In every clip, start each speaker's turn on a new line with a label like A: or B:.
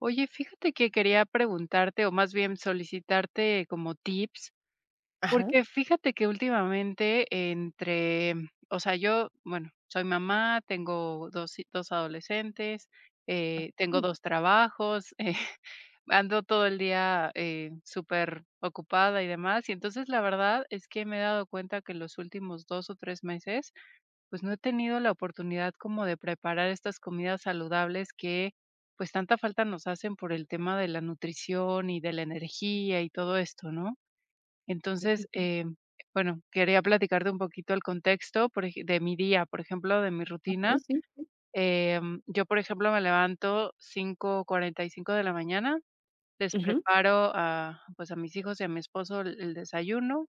A: Oye, fíjate que quería preguntarte, o más bien solicitarte como tips,
B: Ajá.
A: porque fíjate que últimamente entre, o sea, yo, bueno, soy mamá, tengo dos adolescentes, tengo
B: Ay,
A: dos trabajos, ando todo el día súper ocupada y demás, y entonces la verdad es que me he dado cuenta que en los últimos 2 o 3 meses pues no he tenido la oportunidad como de preparar estas comidas saludables que pues tanta falta nos hacen por el tema de la nutrición y de la energía y todo esto, ¿no? Entonces,
B: okey,
A: bueno, quería platicarte un poquito el contexto de mi día, por ejemplo, de mi
B: okey,
A: rutina.
B: sí, sí.
A: Yo, por ejemplo, me levanto 5:45 de la mañana, les
B: Ujú,
A: preparo a, pues a mis hijos y a mi esposo el desayuno,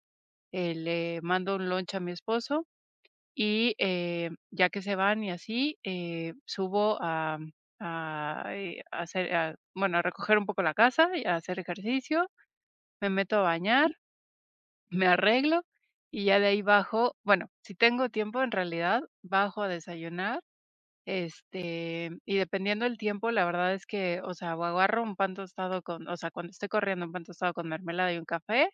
A: le mando un lunch a mi esposo y, ya que se van y así, subo a hacer a bueno, a recoger un poco la casa y a hacer ejercicio, me meto a bañar,
B: ujú,
A: me arreglo y ya de ahí bajo bueno, si tengo tiempo, en realidad, bajo a desayunar, este, y dependiendo del tiempo, la verdad es que, o sea, o sea, cuando estoy corriendo, un pan tostado con mermelada y un café,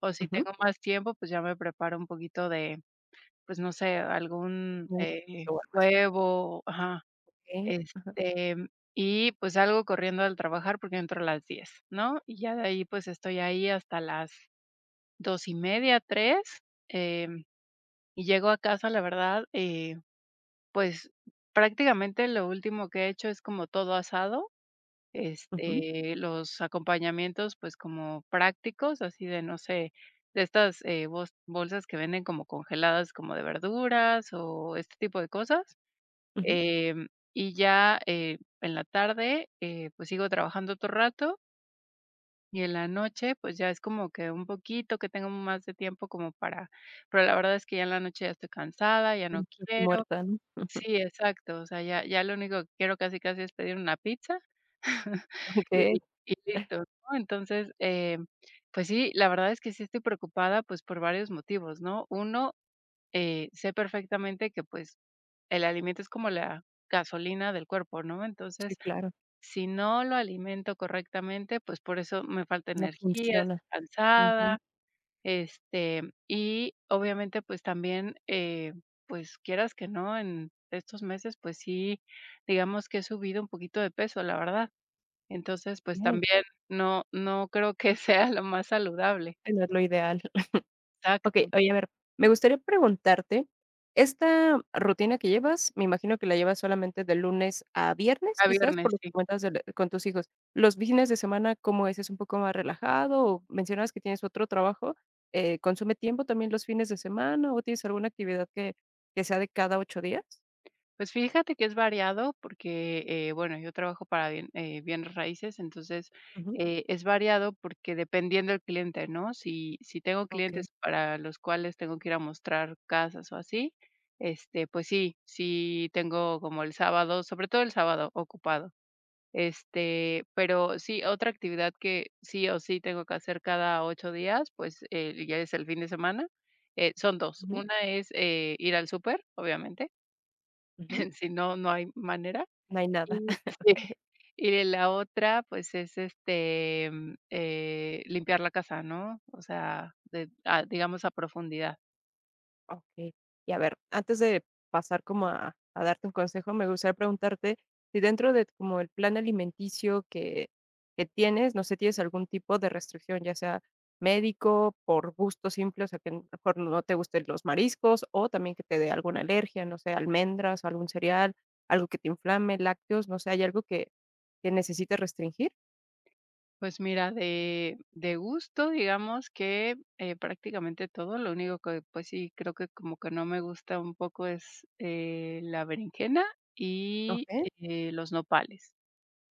A: o si
B: ujú.
A: tengo más tiempo, pues ya me preparo un poquito de pues, no sé, algún,
B: Como o algo así.
A: huevo, ajá,
B: Okey.
A: este, y, pues, salgo corriendo al trabajar porque entro a las 10, ¿no? Y ya de ahí, pues, estoy ahí hasta las 2:30, 3, em, y llego a casa, la verdad, pues, prácticamente lo último que he hecho es como todo asado.
B: Ujú,
A: Este, los acompañamientos, pues, como prácticos, así de, no sé, de estas, bos bolsas que venden como congeladas, como de verduras o este tipo de cosas.
B: ujú.
A: Em, y ya, en la tarde, pues, sigo trabajando otro rato y en la noche, pues, ya es como que un poquito que tengo más de tiempo como para pero la verdad es que ya en la noche ya estoy cansada, ya
B: Como
A: no
B: que
A: quiero.
B: muerta, ¿no? Ujú,
A: Sí, exacto, o sea, ya lo único que quiero casi, casi es pedir una pizza.
B: okey.
A: Y y listo, ¿no? Entonces, pues sí, la verdad es que sí estoy preocupada, pues, por varios motivos, ¿no? Uno, sé perfectamente que, pues, el alimento es como la gasolina del cuerpo, ¿no?
B: Sí,
A: Entonces,
B: claro,
A: si no lo alimento correctamente, pues, por eso me falta
B: no
A: energía,
B: funciona.
A: estoy
B: Ujú.
A: cansada, este, y obviamente, pues, también, pues, quieras que no, en estos meses, pues sí, digamos que he subido un poquito de peso, la verdad. Entonces, pues
B: Okey.
A: también no creo que sea lo más saludable.
B: Sí, no es lo ideal. Okey,
A: Exacto,
B: oye, a ver, me gustaría preguntarte, esta rutina que llevas, me imagino que la llevas solamente de lunes a viernes,
A: a
B: quizás, por
A: viernes,
B: lo que
A: sí.
B: cuentas del con tus hijos. Los fines de semana, ¿cómo es? ¿Es un poco más relajado? O mencionabas que tienes otro trabajo, ¿consume tiempo también los fines de semana o tienes alguna actividad que sea de cada 8 días?
A: Pues fíjate que es variado porque, bueno, yo trabajo para bienes raíces, entonces,
B: Ujú,
A: es variado porque dependiendo del cliente, ¿no? Si tengo
B: okey,
A: clientes para los cuales tengo que ir a mostrar casas o así, este, pues sí, sí tengo como el sábado, sobre todo el sábado ocupado. Este, pero sí, otra actividad que sí o sí tengo que hacer cada 8 días, pues, ya es el fin de semana, son dos.
B: ujú,
A: Una es, ir al súper, obviamente,
B: ujú,
A: si no, no hay manera.
B: no hay nada.
A: Y sí, y de la otra, pues, es, este, limpiar la casa, ¿no? O sea, de ah, digamos, a profundidad.
B: Okey. Y a ver, antes de pasar como a darte un consejo, me gustaría preguntarte si dentro de como el plan alimenticio que tienes, no sé, ¿tienes algún tipo de restricción, ya sea médico, por gusto simple, o sea, que a lo mejor no te gusten los mariscos, o también que te dé alguna alergia, no sé, almendras, o algún cereal, algo que te inflame, lácteos, no sé, hay algo que necesites restringir?
A: Pues mira, de, gusto, digamos que prácticamente todo, lo único que pues sí creo que como que no me gusta un poco es la berenjena y
B: Okey.
A: los nopales.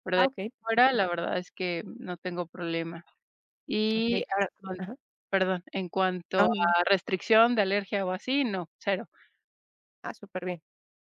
A: Pero de
B: Ah,
A: ahí
B: okey,
A: en fuera,
B: perfecto.
A: la verdad es que no tengo problema.
B: Okey,
A: Y,
B: ahora
A: bueno,
B: ajá.
A: perdón, en cuanto
B: No, no, no.
A: a restricción de alergia o así, no, cero.
B: Ah, superbién.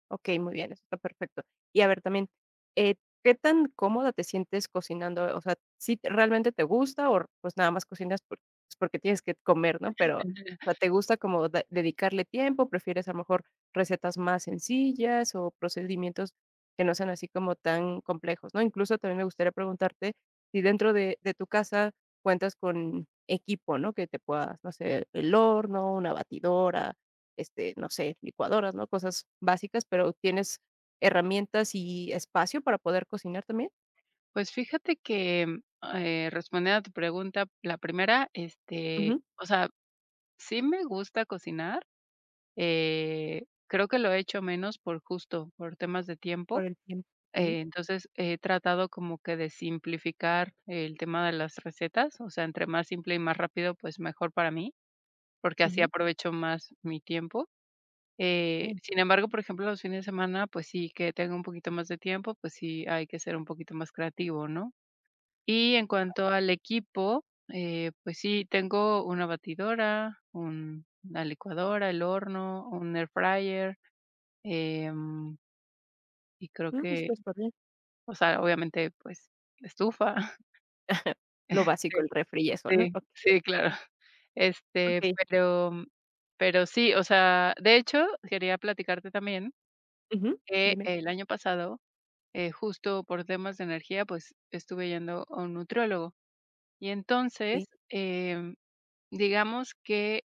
B: Okey, muy bien, eso está perfecto. Y a ver también, eh, ¿qué tan cómoda te sientes cocinando? O sea, ¿sí realmente te gusta o pues nada más cocinas por pues porque tienes que comer, no? Pero, o
A: Ujú.
B: sea, ¿te gusta como de dedicarle tiempo? ¿Prefieres a lo mejor recetas más sencillas o procedimientos que no sean así como tan complejos, no? Incluso también me gustaría preguntarte si dentro de tu casa cuentas con equipo, ¿no? Que te puedas, no sé, el horno, una batidora, este, no sé, licuadoras, ¿no? Cosas básicas, pero tienes herramientas y espacio para poder cocinar también.
A: Pues fíjate que respondiendo a tu pregunta, la primera, este,
B: Ujú,
A: o sea, sí me gusta cocinar. Creo que lo he hecho menos por justo, por temas de tiempo.
B: por el tiempo, okey.
A: Entonces, he tratado como que de simplificar el tema de las recetas, o sea, entre más simple y más rápido, pues mejor para mí, porque así
B: Ujú,
A: aprovecho más mi tiempo.
B: bien.
A: Sin embargo, por ejemplo, los fines de semana, pues sí que tengo un poquito más de tiempo, pues sí hay que ser un poquito más creativo, ¿no? Y en cuanto al equipo, pues sí, tengo una batidora, una licuadora, el horno, un air fryer. Em, y creo
B: Mm,
A: que,
B: esto es bien.
A: o sea, obviamente, pues, estufa.
B: Lo básico,
A: Sí,
B: el refri y eso, ¿no?
A: sí,
B: Okey,
A: sí, claro. Este,
B: okey.
A: pero pero sí, o sea, de hecho, quería platicarte también
B: Ujú,
A: que
B: dime.
A: el año pasado, justo por temas de energía, pues, estuve yendo a un nutriólogo. Y
B: Okey.
A: entonces, digamos que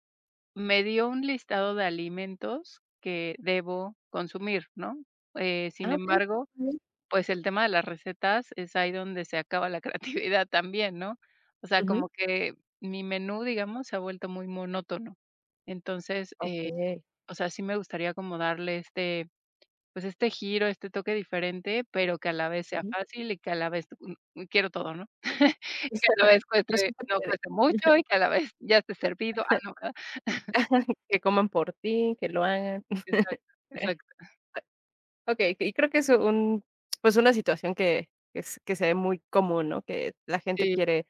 A: me dio un listado de alimentos que debo consumir, ¿no?
B: Ah,
A: Sin
B: okey,
A: embargo.
B: muy bien.
A: Pues, el tema de las recetas es ahí donde se acaba la creatividad también, ¿no? O sea,
B: Ujú,
A: como que mi menú, digamos, se ha vuelto muy monótono. Entonces,
B: okey.
A: o sea, sí me gustaría como darle este, pues, este giro, este toque diferente, pero que a la vez sea
B: Ujú.
A: fácil y que a la vez quiero todo, ¿no? Y que a la vez
B: Pero sí
A: cueste
B: se
A: no
B: puede,
A: cueste mucho y que a la vez ya esté servido. Ah, no, ¿verdad?
B: que coman por ti, que lo hagan.
A: Exacto, exacto.
B: Okey, y creo que es un pues, una situación que se ve muy común, ¿no? Que la gente
A: Sí,
B: quiere,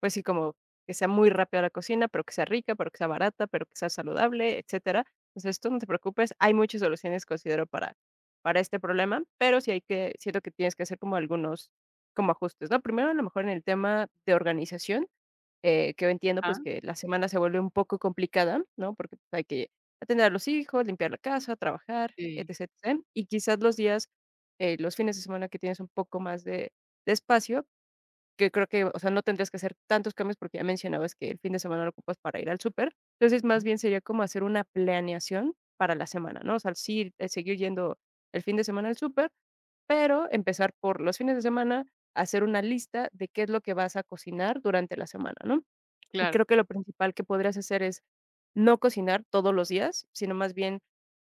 B: pues sí, como que sea muy rápida la cocina, pero que sea rica, pero que sea barata, pero que sea saludable, etcétera. Entonces, tú no te preocupes, hay muchas soluciones, considero, para este problema, pero sí hay que siento que tienes que hacer como algunos como ajustes, ¿no? Primero, a lo mejor en el tema de organización, que entiendo,
A: ajá,
B: pues, que la semana se vuelve un poco complicada, ¿no? Porque pues, hay que atender a los hijos, limpiar la casa, trabajar, etc,
A: sí.
B: etcétera. Y quizás los fines de semana que tienes un poco más de espacio, que creo que, o sea, no tendrías que hacer tantos cambios porque ya mencionabas que el fin de semana lo ocupas para ir al súper. Entonces, más bien sería como hacer una planeación para la semana, ¿no? O sea, sí, seguir yendo el fin de semana al súper, pero empezar por los fines de semana, hacer una lista de qué es lo que vas a cocinar durante la semana, ¿no?
A: Claro,
B: Creo que lo principal que podrías hacer es no cocinar todos los días, sino más bien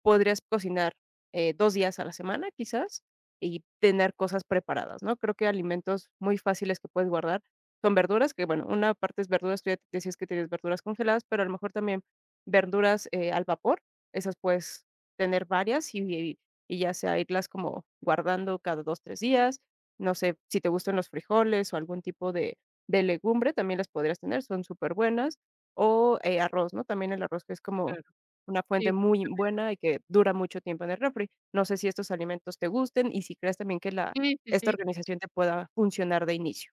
B: podrías cocinar, 2 días a la semana, quizás, y tener cosas preparadas, ¿no? Creo que alimentos muy fáciles que puedes guardar son verduras, que bueno, una parte es verduras, tú ya te decías que tienes verduras congeladas, pero a lo mejor también verduras, al vapor, esas puedes tener varias y ya sea irlas como guardando cada 2 3 días. No sé, si te gustan los frijoles o algún tipo de legumbre, también las podrías tener, son súper buenas. O, arroz, ¿no? También el arroz que es como
A: claro.
B: una
A: Sí,
B: fuente muy buena y que dura mucho tiempo en el refri. No sé si estos alimentos te gusten y si crees también que la
A: sí, sí, sí.
B: esta
A: Sí,
B: organización te pueda funcionar de inicio.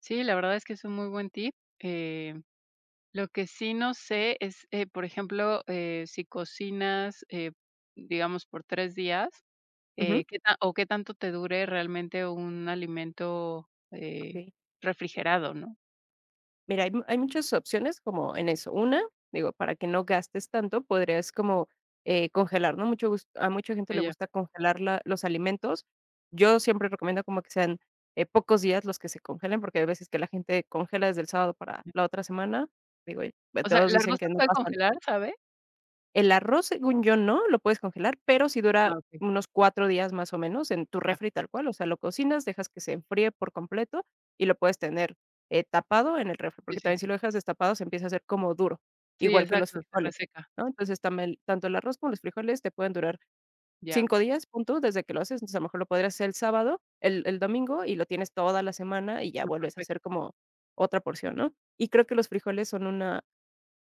A: sí, la verdad es que es un muy buen tip. eh Lo que sí no sé es, por ejemplo, si cocinas, digamos, por 3 días,
B: Ujú,
A: ¿qué ta o qué tanto te dure realmente un alimento,
B: okey.
A: refrigerado, no?
B: Mira, hay muchas opciones como en eso. Una, digo, para que no gastes tanto, podrías como, congelar, ¿no? Mucho gus a mucha gente
A: Ya,
B: le
A: ya.
B: gusta congelar la los alimentos. Yo siempre recomiendo como que sean, pocos días los que se congelen, porque hay veces que la gente congela desde el sábado para la otra semana. Digo, y pues,
A: O sea,
B: todos
A: ¿la arroz
B: dicen que
A: se
B: no
A: puede
B: pasa.
A: congelar, sabe?
B: El arroz, según yo, no, lo puedes congelar, pero sí dura
A: Ah, okey,
B: unos 4 días más o menos en tu
A: ya.
B: refri tal cual, o sea, lo cocinas, dejas que se enfríe por completo y lo puedes tener, tapado en el refri,
A: Sí,
B: porque
A: sí.
B: también si lo dejas destapado se empieza a hacer como duro,
A: Sí,
B: igual que los
A: exacto, se
B: frijoles,
A: reseca.
B: ¿no? Entonces, tam tanto el arroz como los frijoles te pueden durar
A: Ya.
B: 5 días, punto. Desde que lo haces, entonces, a lo mejor lo podrías hacer el sábado, el domingo y lo tienes toda la semana y ya
A: Ya,
B: vuelves a hacer
A: perfecto.
B: como otra porción, ¿no? Y creo que los frijoles son una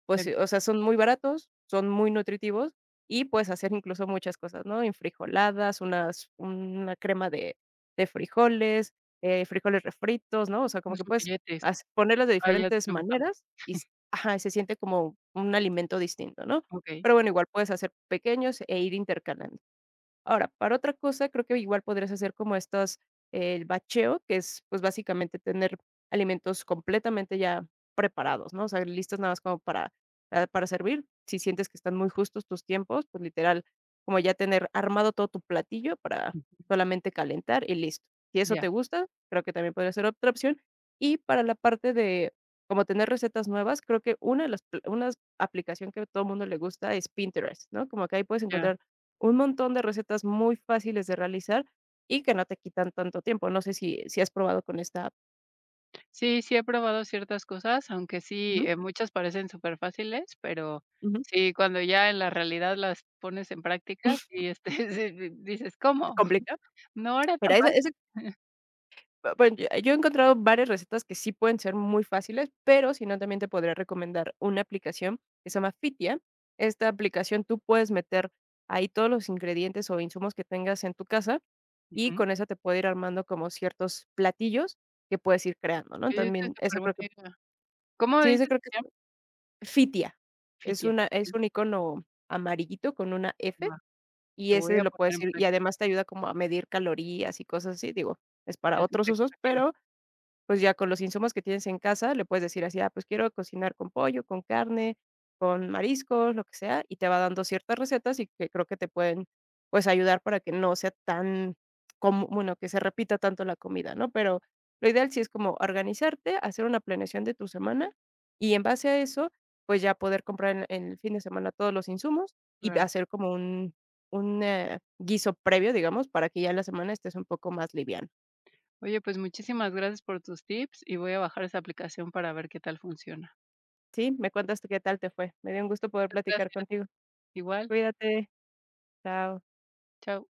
B: pues
A: Bueno,
B: sí, o sea, son muy baratos, son muy nutritivos y puedes hacer incluso muchas cosas, ¿no? En frijoladas una crema de frijoles, frijoles refritos, ¿no? O sea, como
A: unos
B: que puedes
A: molletes.
B: has ponerlas de
A: Ah, ya
B: diferentes
A: tenemos hambre.
B: maneras y s ajá, se siente como un alimento distinto, ¿no?
A: Okey.
B: Pero bueno, igual puedes hacer pequeños e ir intercalando. Ahora, para otra cosa, creo que igual podrías hacer como estos, el bacheo, que es, pues, básicamente tener alimentos completamente ya preparados, ¿no? O sea, listos nada más como para servir. Si sientes que están muy justos tus tiempos, pues, literal, como ya tener armado todo tu platillo para
A: Ujú.
B: solamente calentar y listo. Si eso
A: Ya,
B: te gusta, creo que también podría ser otra opción. Y para la parte de como tener recetas nuevas, creo que una de las pl una aplicación que a todo el mundo le gusta es Pinterest, ¿no? Como que ahí puedes
A: ya.
B: encontrar un montón de recetas muy fáciles de realizar y que no te quitan tanto tiempo. No sé si has probado con esta app.
A: Sí, sí he probado ciertas cosas, aunque sí,
B: Ujú,
A: muchas parecen superfáciles, pero
B: ujú.
A: sí, cuando ya en la realidad las pones en práctica, sí, este, sí, di dices:
B: ¿Te
A: "¿Cómo?
B: complica?
A: No era tan
B: Mira,
A: fácil".
B: bueno, yo he encontrado varias recetas que sí pueden ser muy fáciles, pero si no, también te podría recomendar una aplicación que se llama Fitia. Esta aplicación tú puedes meter ahí todos los ingredientes o insumos que tengas en tu casa y
A: Ujú.
B: con esa te puede ir armando como ciertos platillos que puedes ir creando, ¿no?
A: Sí, esa es
B: También eso creo
A: superbuena
B: que
A: idea. ¿Cómo
B: sí,
A: dices
B: eso
A: que
B: creo que
A: se llama?
B: Fitia, es
A: Fitia.
B: una es
A: Okey,
B: un icono amarillito con una F,
A: va,
B: y
A: lo voy
B: ese
A: a
B: lo
A: poner
B: puedes
A: en
B: ir y
A: práctica,
B: además te ayuda como a medir calorías y cosas así, digo, es para
A: sí,
B: otros usos, pero pues ya con los insumos que tienes en casa, le puedes decir así, ah, pues quiero cocinar con pollo, con carne, con mariscos, lo que sea, y te va dando ciertas recetas y que creo que te pueden, pues, ayudar para que no sea tan, como, bueno, que se repita tanto la comida, ¿no? Pero lo ideal sí es como organizarte, hacer una planeación de tu semana y en base a eso, pues ya poder comprar en el fin de semana todos los insumos y
A: claro.
B: hacer como un guiso previo, digamos, para que ya la semana estés un poco más liviana.
A: Oye, pues muchísimas gracias por tus tips y voy a bajar esa aplicación para ver qué tal funciona.
B: Sí, me cuentas tú qué tal te fue. Me dio un gusto poder platicar
A: Gracias.
B: contigo.
A: Igual,
B: Cuídate. Chao.
A: chao.